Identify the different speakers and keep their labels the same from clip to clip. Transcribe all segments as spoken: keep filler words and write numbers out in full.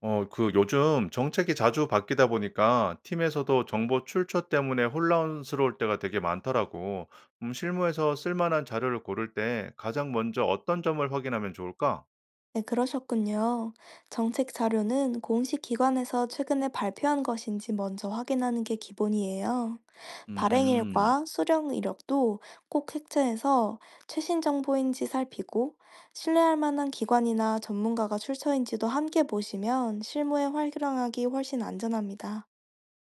Speaker 1: 어 그 요즘 정책이 자주 바뀌다 보니까 팀에서도 정보 출처 때문에 혼란스러울 때가 되게 많더라고. 음, 실무에서 쓸만한 자료를 고를 때 가장 먼저 어떤 점을 확인하면 좋을까?
Speaker 2: 네, 그러셨군요. 정책 자료는 공식 기관에서 최근에 발표한 것인지 먼저 확인하는 게 기본이에요.
Speaker 1: 음.
Speaker 2: 발행일과 수령 이력도 꼭 획체해서 최신 정보인지 살피고 신뢰할 만한 기관이나 전문가가 출처인지도 함께 보시면 실무에 활용하기 훨씬 안전합니다.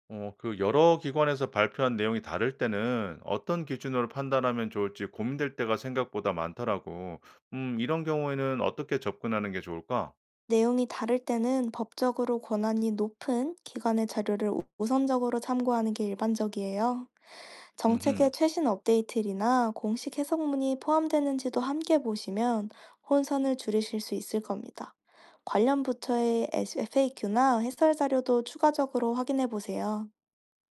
Speaker 1: 어, 그 여러 기관에서 발표한 내용이 다를 때는 어떤 기준으로 판단하면 좋을지 고민될 때가 생각보다 많더라고. 음, 이런 경우에는 어떻게 접근하는 게 좋을까?
Speaker 2: 내용이 다를 때는 법적으로 권한이 높은 기관의 자료를 우- 우선적으로 참고하는 게 일반적이에요. 정책의
Speaker 1: 음흠.
Speaker 2: 최신 업데이트나 공식 해석문이 포함되는지도 함께 보시면 혼선을 줄이실 수 있을 겁니다. 관련 부처의 에프에이큐나 해설 자료도 추가적으로 확인해 보세요.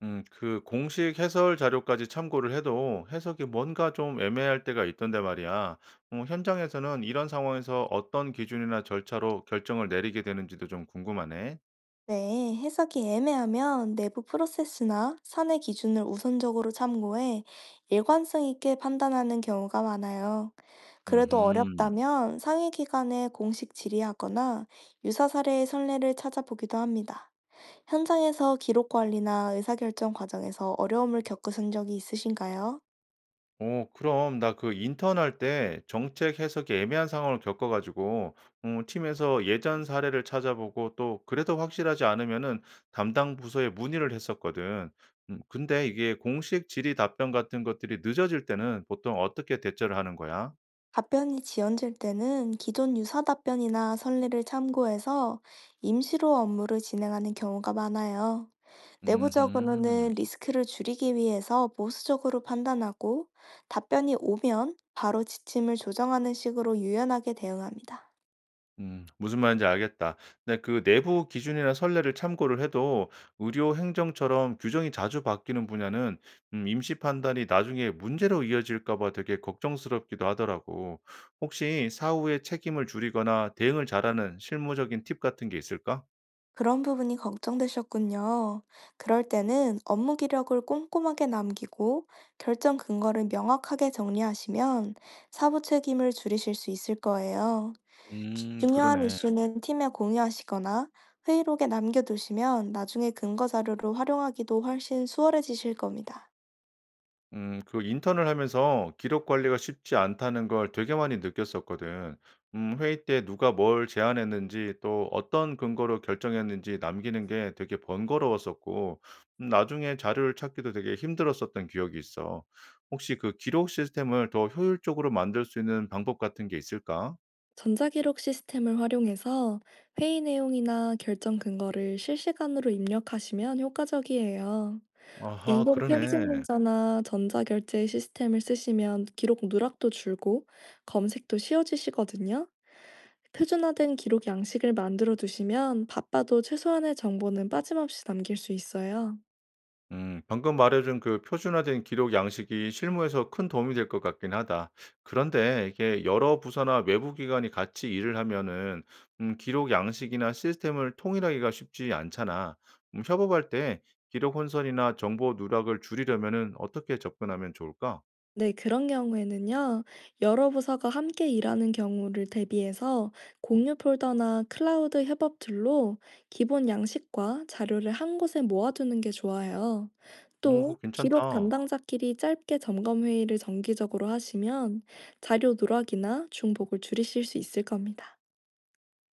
Speaker 1: 음 그 공식 해설 자료까지 참고를 해도 해석이 뭔가 좀 애매할 때가 있던데 말이야. 어, 현장에서는 이런 상황에서 어떤 기준이나 절차로 결정을 내리게 되는지도 좀 궁금하네.
Speaker 2: 네, 해석이 애매하면 내부 프로세스나 사내 기준을 우선적으로 참고해 일관성 있게 판단하는 경우가 많아요. 그래도
Speaker 1: 음,
Speaker 2: 어렵다면 상위 기관의 공식 질의하거나 유사 사례의 선례를 찾아보기도 합니다. 현장에서 기록 관리나 의사결정 과정에서 어려움을 겪으신 적이 있으신가요?
Speaker 1: 어, 그럼 나 그 인턴 할 때 정책 해석이 애매한 상황을 겪어가지고 어, 팀에서 예전 사례를 찾아보고 또 그래도 확실하지 않으면은 담당 부서에 문의를 했었거든. 음, 근데 이게 공식 질의 답변 같은 것들이 늦어질 때는 보통 어떻게 대처를 하는 거야?
Speaker 2: 답변이 지연될 때는 기존 유사 답변이나 선례를 참고해서 임시로 업무를 진행하는 경우가 많아요.
Speaker 1: 음.
Speaker 2: 내부적으로는 리스크를 줄이기 위해서 보수적으로 판단하고 답변이 오면 바로 지침을 조정하는 식으로 유연하게 대응합니다.
Speaker 1: 음 무슨 말인지 알겠다. 근데 그 내부 기준이나 선례를 참고를 해도 의료 행정처럼 규정이 자주 바뀌는 분야는 음 임시 판단이 나중에 문제로 이어질까 봐 되게 걱정스럽기도 하더라고. 혹시 사후에 책임을 줄이거나 대응을 잘하는 실무적인 팁 같은 게 있을까?
Speaker 2: 그런 부분이 걱정되셨군요. 그럴 때는 업무 기록을 꼼꼼하게 남기고 결정 근거를 명확하게 정리하시면 사부 책임을 줄이실 수 있을 거예요.
Speaker 1: 음
Speaker 2: 중요한
Speaker 1: 그러네.
Speaker 2: 이슈는 팀에 공유하시거나 회의록에 남겨두시면 나중에 근거 자료로 활용하기도 훨씬 수월해지실 겁니다.
Speaker 1: 음 그 인턴을 하면서 기록 관리가 쉽지 않다는 걸 되게 많이 느꼈었거든. 음 회의 때 누가 뭘 제안했는지 또 어떤 근거로 결정했는지 남기는 게 되게 번거로웠었고 음 나중에 자료를 찾기도 되게 힘들었었던 기억이 있어. 혹시 그 기록 시스템을 더 효율적으로 만들 수 있는 방법 같은 게 있을까?
Speaker 2: 전자기록 시스템을 활용해서 회의 내용이나 결정 근거를 실시간으로 입력하시면 효과적이에요.
Speaker 1: 아하
Speaker 2: 인공
Speaker 1: 그러네.
Speaker 2: 표시문자나 전자결제 시스템을 쓰시면 기록 누락도 줄고 검색도 쉬워지시거든요. 표준화된 기록 양식을 만들어 두시면 바빠도 최소한의 정보는 빠짐없이 남길 수 있어요.
Speaker 1: 음, 방금 말해준 그 표준화된 기록 양식이 실무에서 큰 도움이 될 것 같긴 하다. 그런데 이게 여러 부서나 외부 기관이 같이 일을 하면은 음, 기록 양식이나 시스템을 통일하기가 쉽지 않잖아. 음, 협업할 때 기록 혼선이나 정보 누락을 줄이려면은 어떻게 접근하면 좋을까?
Speaker 2: 네, 그런 경우에는요, 여러 부서가 함께 일하는 경우를 대비해서 공유 폴더나 클라우드 협업 툴로 기본 양식과 자료를 한 곳에 모아두는 게 좋아요.
Speaker 1: 오,
Speaker 2: 또,
Speaker 1: 그거
Speaker 2: 기록
Speaker 1: 괜찮다.
Speaker 2: 담당자끼리 짧게 점검 회의를 정기적으로 하시면 자료 누락이나 중복을 줄이실 수 있을 겁니다.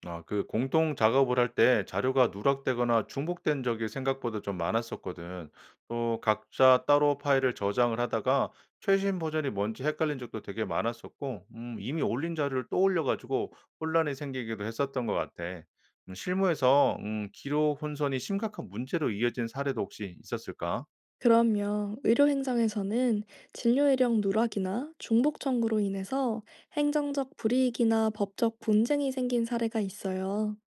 Speaker 1: 아, 그 공동 작업을 할 때 자료가 누락되거나 중복된 적이 생각보다 좀 많았었거든. 또 각자 따로 파일을 저장을 하다가 최신 버전이 뭔지 헷갈린 적도 되게 많았었고, 음, 이미 올린 자료를 또 올려가지고 혼란이 생기기도 했었던 것 같아. 음, 실무에서 음, 기록 혼선이 심각한 문제로 이어진 사례도 혹시 있었을까?
Speaker 2: 그럼요. 의료 행정에서는 진료 이력 누락이나 중복 청구로 인해서 행정적 불이익이나 법적 분쟁이 생긴 사례가 있어요.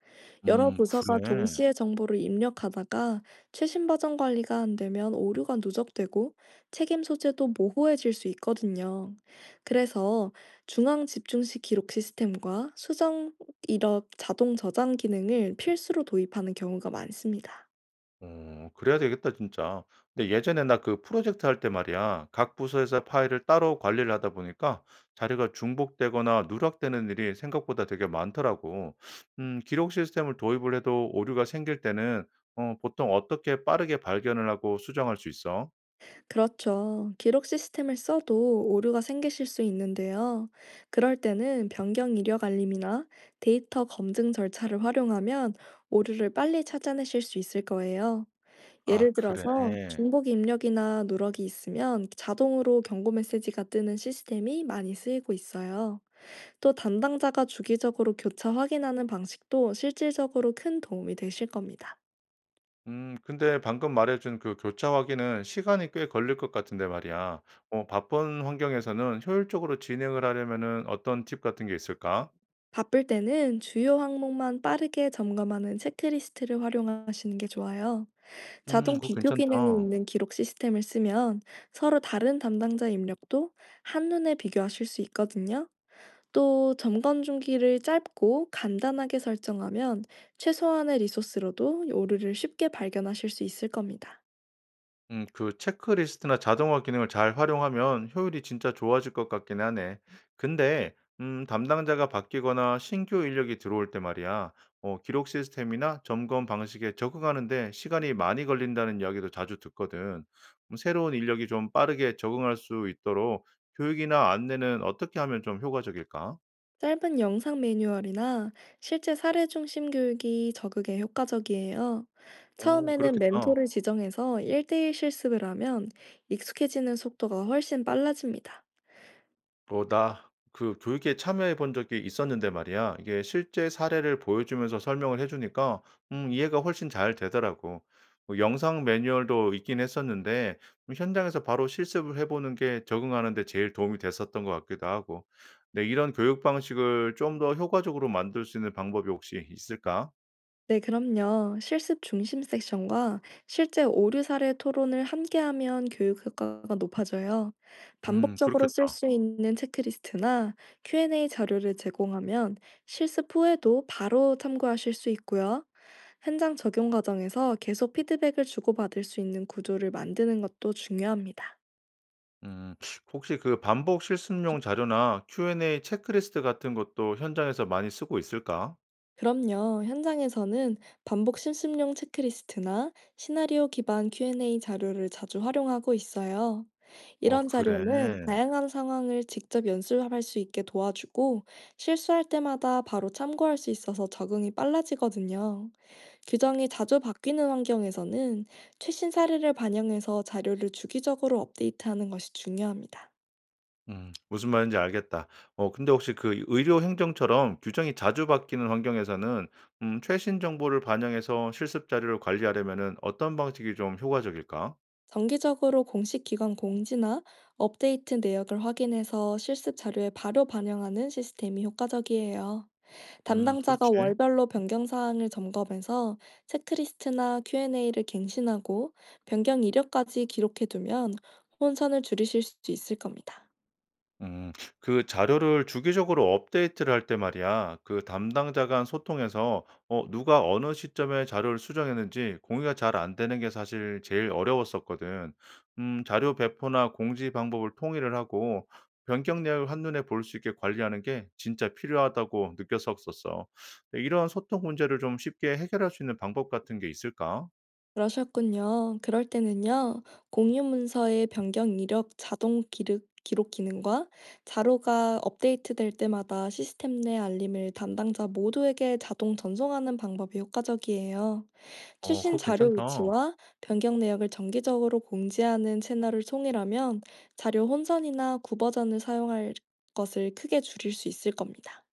Speaker 2: 여러
Speaker 1: 음,
Speaker 2: 부서가
Speaker 1: 그래.
Speaker 2: 동시에 정보를 입력하다가 최신 버전 관리가 안 되면 오류가 누적되고 책임 소재도 모호해질 수 있거든요. 그래서 중앙 집중식 기록 시스템과 수정 이력 자동 저장 기능을 필수로 도입하는 경우가 많습니다.
Speaker 1: 어 그래야 되겠다 진짜. 근데 예전에 나 그 프로젝트 할 때 말이야. 각 부서에서 파일을 따로 관리를 하다 보니까 자료가 중복되거나 누락되는 일이 생각보다 되게 많더라고. 음 기록 시스템을 도입을 해도 오류가 생길 때는 어 보통 어떻게 빠르게 발견을 하고 수정할 수 있어?
Speaker 2: 그렇죠. 기록 시스템을 써도 오류가 생기실 수 있는데요. 그럴 때는 변경 이력 알림이나 데이터 검증 절차를 활용하면 오류를 빨리 찾아내실 수 있을 거예요.
Speaker 1: 아
Speaker 2: 예를
Speaker 1: 그래.
Speaker 2: 들어서 중복 입력이나 누락이 있으면 자동으로 경고 메시지가 뜨는 시스템이 많이 쓰이고 있어요. 또 담당자가 주기적으로 교차 확인하는 방식도 실질적으로 큰 도움이 되실 겁니다.
Speaker 1: 음 근데 방금 말해 준 그 교차 확인은 시간이 꽤 걸릴 것 같은데 말이야. 어 바쁜 환경에서는 효율적으로 진행을 하려면은 어떤 팁 같은 게 있을까?
Speaker 2: 바쁠 때는 주요 항목만 빠르게 점검하는 체크리스트를 활용하시는 게 좋아요.
Speaker 1: 음
Speaker 2: 자동
Speaker 1: 그거
Speaker 2: 비교 기능이
Speaker 1: 괜찮다.
Speaker 2: 있는 기록 시스템을 쓰면 서로 다른 담당자 입력도 한눈에 비교하실 수 있거든요. 또 점검 주기를 짧고 간단하게 설정하면 최소한의 리소스로도 오류를 쉽게 발견하실 수 있을 겁니다.
Speaker 1: 음 그 체크리스트나 자동화 기능을 잘 활용하면 효율이 진짜 좋아질 것 같긴 하네. 근데 음 담당자가 바뀌거나 신규 인력이 들어올 때 말이야. 어 기록 시스템이나 점검 방식에 적응하는데 시간이 많이 걸린다는 이야기도 자주 듣거든. 음 새로운 인력이 좀 빠르게 적응할 수 있도록 교육이나 안내는 어떻게 하면 좀 효과적일까?
Speaker 2: 짧은 영상 매뉴얼이나 실제 사례 중심 교육이 적응에 효과적이에요.
Speaker 1: 오
Speaker 2: 처음에는
Speaker 1: 그렇겠다.
Speaker 2: 멘토를 지정해서 일 대일 실습을 하면 익숙해지는 속도가 훨씬 빨라집니다.
Speaker 1: 뭐 나 그 교육에 참여해 본 적이 있었는데 말이야. 이게 실제 사례를 보여주면서 설명을 해 주니까 음 이해가 훨씬 잘 되더라고. 뭐 영상 매뉴얼도 있긴 했었는데 음 현장에서 바로 실습을 해 보는 게 적응하는 데 제일 도움이 됐었던 것 같기도 하고. 네 이런 교육 방식을 좀 더 효과적으로 만들 수 있는 방법이 혹시 있을까?
Speaker 2: 네, 그럼요. 실습 중심 섹션과 실제 오류 사례 토론을 함께하면 교육 효과가 높아져요.
Speaker 1: 음
Speaker 2: 반복적으로 쓸
Speaker 1: 그렇겠다.
Speaker 2: 수 있는 체크리스트나 큐앤에이 자료를 제공하면 실습 후에도 바로 참고하실 수 있고요. 현장 적용 과정에서 계속 피드백을 주고받을 수 있는 구조를 만드는 것도 중요합니다.
Speaker 1: 음 혹시 그 반복 실습용 자료나 큐 앤 에이 체크리스트 같은 것도 현장에서 많이 쓰고 있을까?
Speaker 2: 그럼요. 현장에서는 반복 실습용 체크리스트나 시나리오 기반 큐앤에이 자료를 자주 활용하고 있어요.
Speaker 1: 어
Speaker 2: 이런
Speaker 1: 그래.
Speaker 2: 자료는 다양한 상황을 직접 연습할 수 있게 도와주고 실수할 때마다 바로 참고할 수 있어서 적응이 빨라지거든요. 규정이 자주 바뀌는 환경에서는 최신 사례를 반영해서 자료를 주기적으로 업데이트하는 것이 중요합니다.
Speaker 1: 음. 무슨 말인지 알겠다. 어 근데 혹시 그 의료 행정처럼 규정이 자주 바뀌는 환경에서는 음 최신 정보를 반영해서 실습 자료를 관리하려면은 어떤 방식이 좀 효과적일까?
Speaker 2: 정기적으로 공식 기관 공지나 업데이트 내역을 확인해서 실습 자료에 바로 반영하는 시스템이 효과적이에요.
Speaker 1: 음
Speaker 2: 담당자가
Speaker 1: 그렇지.
Speaker 2: 월별로 변경 사항을 점검해서 체크리스트나 큐앤에이를 갱신하고 변경 이력까지 기록해 두면 혼선을 줄이실 수 있을 겁니다.
Speaker 1: 음. 그 자료를 주기적으로 업데이트를 할 때 말이야. 그 담당자 간 소통에서 어 누가 어느 시점에 자료를 수정했는지 공유가 잘 안 되는 게 사실 제일 어려웠었거든. 음 자료 배포나 공지 방법을 통일을 하고 변경 내역을 한눈에 볼 수 있게 관리하는 게 진짜 필요하다고 느꼈었었어. 이런 소통 문제를 좀 쉽게 해결할 수 있는 방법 같은 게 있을까?
Speaker 2: 그러셨군요. 그럴 때는요, 공유 문서의 변경 이력 자동 기록, 기록 기능과 자료가 업데이트될 때마다 시스템 내 알림을 담당자 모두에게 자동 전송하는 방법이 효과적이에요.
Speaker 1: 어,
Speaker 2: 최신
Speaker 1: 그거
Speaker 2: 자료
Speaker 1: 괜찮다.
Speaker 2: 위치와 변경 내역을 정기적으로 공지하는 채널을 통일하면 자료 혼선이나 구버전을 사용할 것을 크게 줄일 수 있을 겁니다.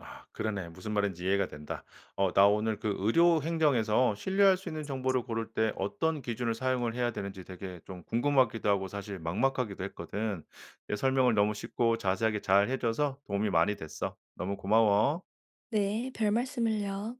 Speaker 1: 아 그러네. 무슨 말인지 이해가 된다. 어 나 오늘 그 의료 행정에서 신뢰할 수 있는 정보를 고를 때 어떤 기준을 사용을 해야 되는지 되게 좀 궁금하기도 하고 사실 막막하기도 했거든. 내 설명을 너무 쉽고 자세하게 잘 해 줘서 도움이 많이 됐어. 너무 고마워.
Speaker 2: 네, 별 말씀을요.